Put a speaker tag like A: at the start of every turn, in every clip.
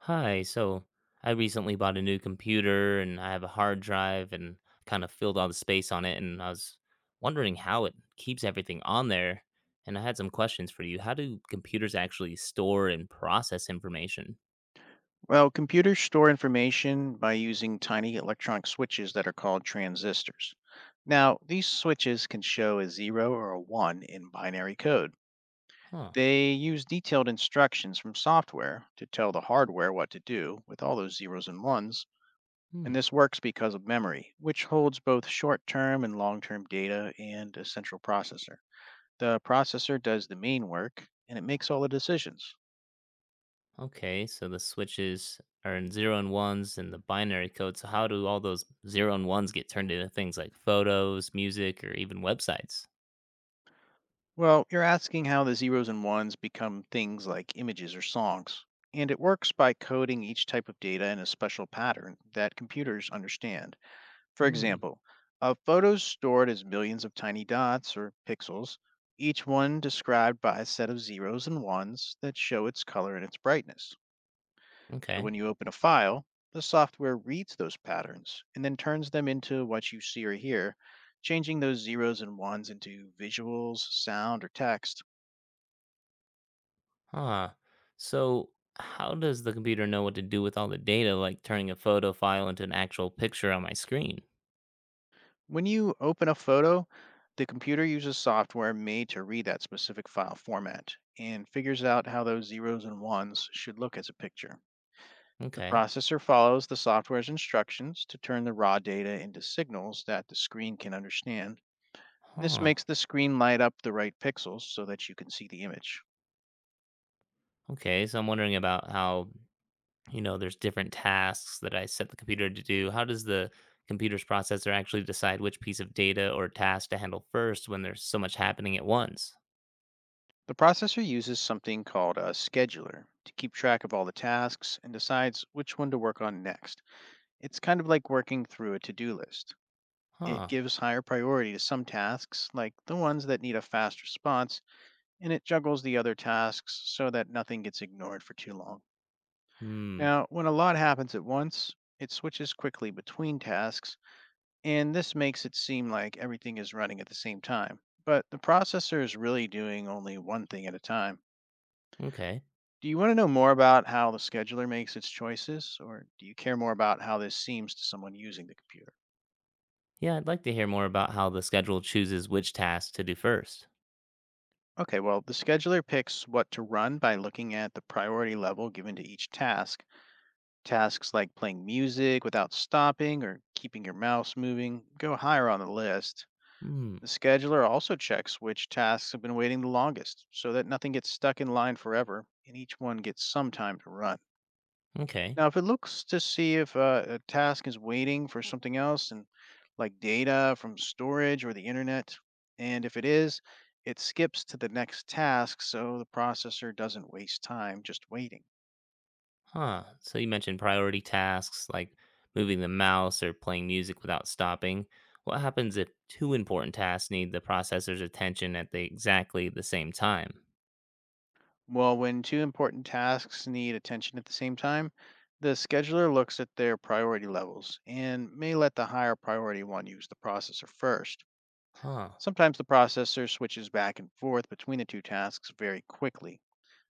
A: Hi, so I recently bought a new computer and I have a hard drive and kind of filled all the space on it. And I was wondering how it keeps everything on there. And I had some questions for you. How do computers actually store and process information?
B: Well, computers store information by using tiny electronic switches that are called transistors. Now, these switches can show a 0 or a 1 in binary code.
A: Huh.
B: They use detailed instructions from software to tell the hardware what to do with all those zeros and ones,
A: Hmm.
B: and this works because of memory, which holds both short term and long term data and a central processor. The processor does the main work and it makes all the decisions.
A: Okay, so the switches are in zero and ones and the binary code. So, how do all those zero and ones get turned into things like photos, music, or even websites?
B: Well, you're asking how the zeros and ones become things like images or songs. And it works by coding each type of data in a special pattern that computers understand. For
A: Hmm.
B: example, a photo is stored as millions of tiny dots or pixels, each one described by a set of zeros and ones that show its color and its brightness. So
A: Okay.
B: when you open a file, the software reads those patterns and then turns them into what you see or hear, changing those zeros and ones into visuals, sound, or text.
A: Huh. So, how does the computer know what to do with all the data, like turning a photo file into an actual picture on my screen?
B: When you open a photo, the computer uses software made to read that specific file format and figures out how those zeros and ones should look as a picture. The
A: Okay.
B: processor follows the software's instructions to turn the raw data into signals that the screen can understand. And this
A: Huh.
B: makes the screen light up the right pixels so that you can see the image.
A: Okay. So, I'm wondering about how, there's different tasks that I set the computer to do. How does the computer's processor actually decide which piece of data or task to handle first when there's so much happening at once?
B: The processor uses something called a scheduler to keep track of all the tasks and decides which one to work on next. It's kind of like working through a to do list. It
A: Huh.
B: gives higher priority to some tasks, like the ones that need a fast response, and it juggles the other tasks so that nothing gets ignored for too long.
A: Hmm.
B: Now, when a lot happens at once, it switches quickly between tasks, and this makes it seem like everything is running at the same time. But the processor is really doing only one thing at a time.
A: Okay.
B: Do you want to know more about how the scheduler makes its choices, or do you care more about how this seems to someone using the computer?
A: Yeah, I'd like to hear more about how the schedule chooses which task to do first.
B: Okay, well, the scheduler picks what to run by looking at the priority level given to each task. Tasks like playing music without stopping or keeping your mouse moving go higher on the list.
A: Hmm.
B: The scheduler also checks which tasks have been waiting the longest so that nothing gets stuck in line forever and each one gets some time to run.
A: Okay.
B: Now, if it looks to see if a task is waiting for something else, and like data from storage or the internet, and if it is, it skips to the next task so the processor doesn't waste time just waiting.
A: Huh. So you mentioned priority tasks like moving the mouse or playing music without stopping. What happens if two important tasks need the processor's attention at the exactly the same time?
B: Well, when two important tasks need attention at the same time, the scheduler looks at their priority levels and may let the higher priority one use the processor first.
A: Huh.
B: Sometimes the processor switches back and forth between the two tasks very quickly.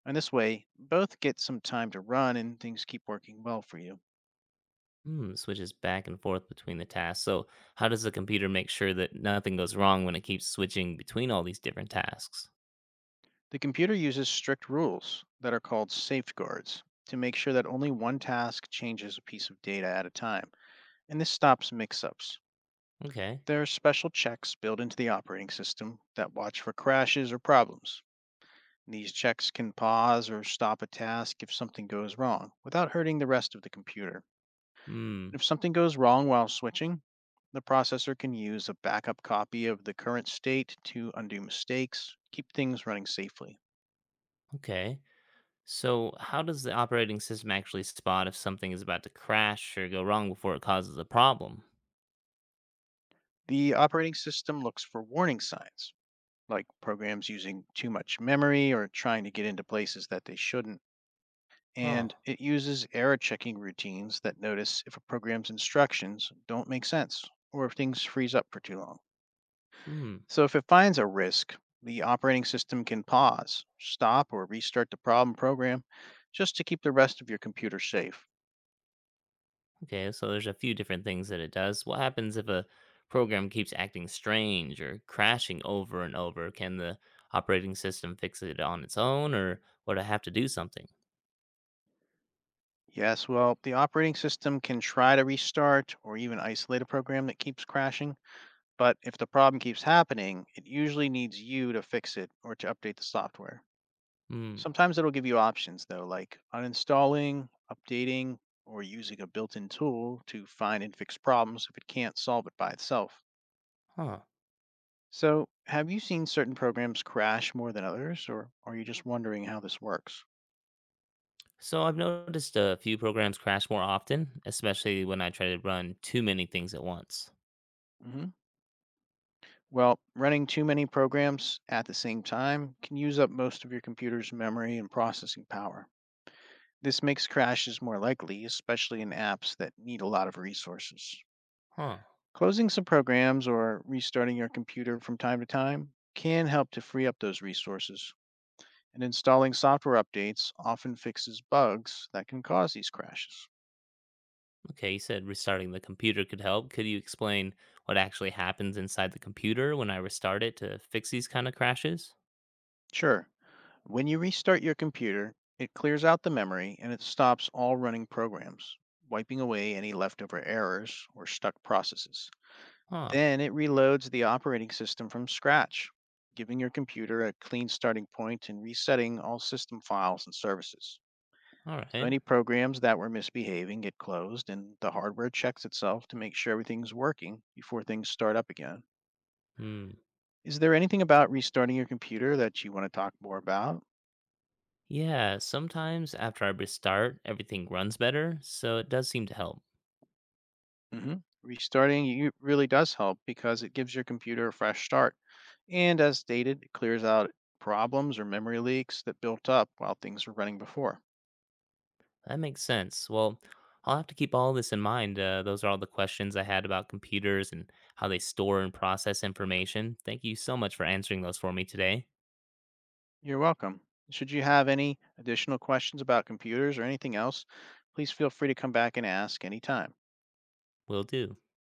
B: And this way, both get some time to run and things keep working well for you.
A: Hmm, switches back and forth between the tasks. So, how does the computer make sure that nothing goes wrong when it keeps switching between all these different tasks?
B: The computer uses strict rules that are called safeguards to make sure that only one task changes a piece of data at a time, and this stops mix ups.
A: Okay.
B: There are special checks built into the operating system that watch for crashes or problems. These checks can pause or stop a task if something goes wrong without hurting the rest of the computer.
A: Hmm.
B: If something goes wrong while switching, the processor can use a backup copy of the current state to undo mistakes, keep things running safely.
A: Okay. So, how does the operating system actually spot if something is about to crash or go wrong before it causes a problem?
B: The operating system looks for warning signs, like programs using too much memory or trying to get into places that they shouldn't.
A: Huh.
B: And it uses error checking routines that notice if a program's instructions don't make sense or if things freeze up for too long.
A: Hmm.
B: So if it finds a risk, the operating system can pause, stop, or restart the problem program just to keep the rest of your computer safe.
A: Okay, so there's a few different things that it does. What happens if a program keeps acting strange or crashing over and over? Can the operating system fix it on its own, or would I have to do something?
B: Yes, well, the operating system can try to restart or even isolate a program that keeps crashing, but if the problem keeps happening, it usually needs you to fix it or to update the software.
A: Hmm.
B: Sometimes it'll give you options though, like uninstalling, updating, or using a built in tool to find and fix problems if it can't solve it by itself.
A: Huh.
B: So, have you seen certain programs crash more than others, or are you just wondering how this works?
A: So I've noticed a few programs crash more often, especially when I try to run too many things at once.
B: Hmm. Well, running too many programs at the same time can use up most of your computer's memory and processing power. This makes crashes more likely, especially in apps that need a lot of resources.
A: Huh.
B: Closing some programs or restarting your computer from time to time can help to free up those resources, and installing software updates often fixes bugs that can cause these crashes.
A: Okay, you said restarting the computer could help. Could you explain what actually happens inside the computer when I restart it to fix these kind of crashes?
B: Sure. When you restart your computer, it clears out the memory and it stops all running programs, wiping away any leftover errors or stuck processes.
A: Huh.
B: Then it reloads the operating system from scratch, giving your computer a clean starting point and resetting all system files and services.
A: All
B: So
A: right.
B: any programs that were misbehaving get closed and the hardware checks itself to make sure everything's working before things start up again.
A: Hmm.
B: Is there anything about restarting your computer that you want to talk more about?
A: Yeah, sometimes after I restart, everything runs better, so it does seem to help.
B: Hmm. Restarting you really does help because it gives your computer a fresh start. And as stated, it clears out problems or memory leaks that built up while things were running before.
A: That makes sense. Well, I'll have to keep all this in mind. Those are all the questions I had about computers and how they store and process information. Thank you so much for answering those for me today.
B: You're welcome. Should you have any additional questions about computers or anything else, please feel free to come back and ask anytime.
A: Will do.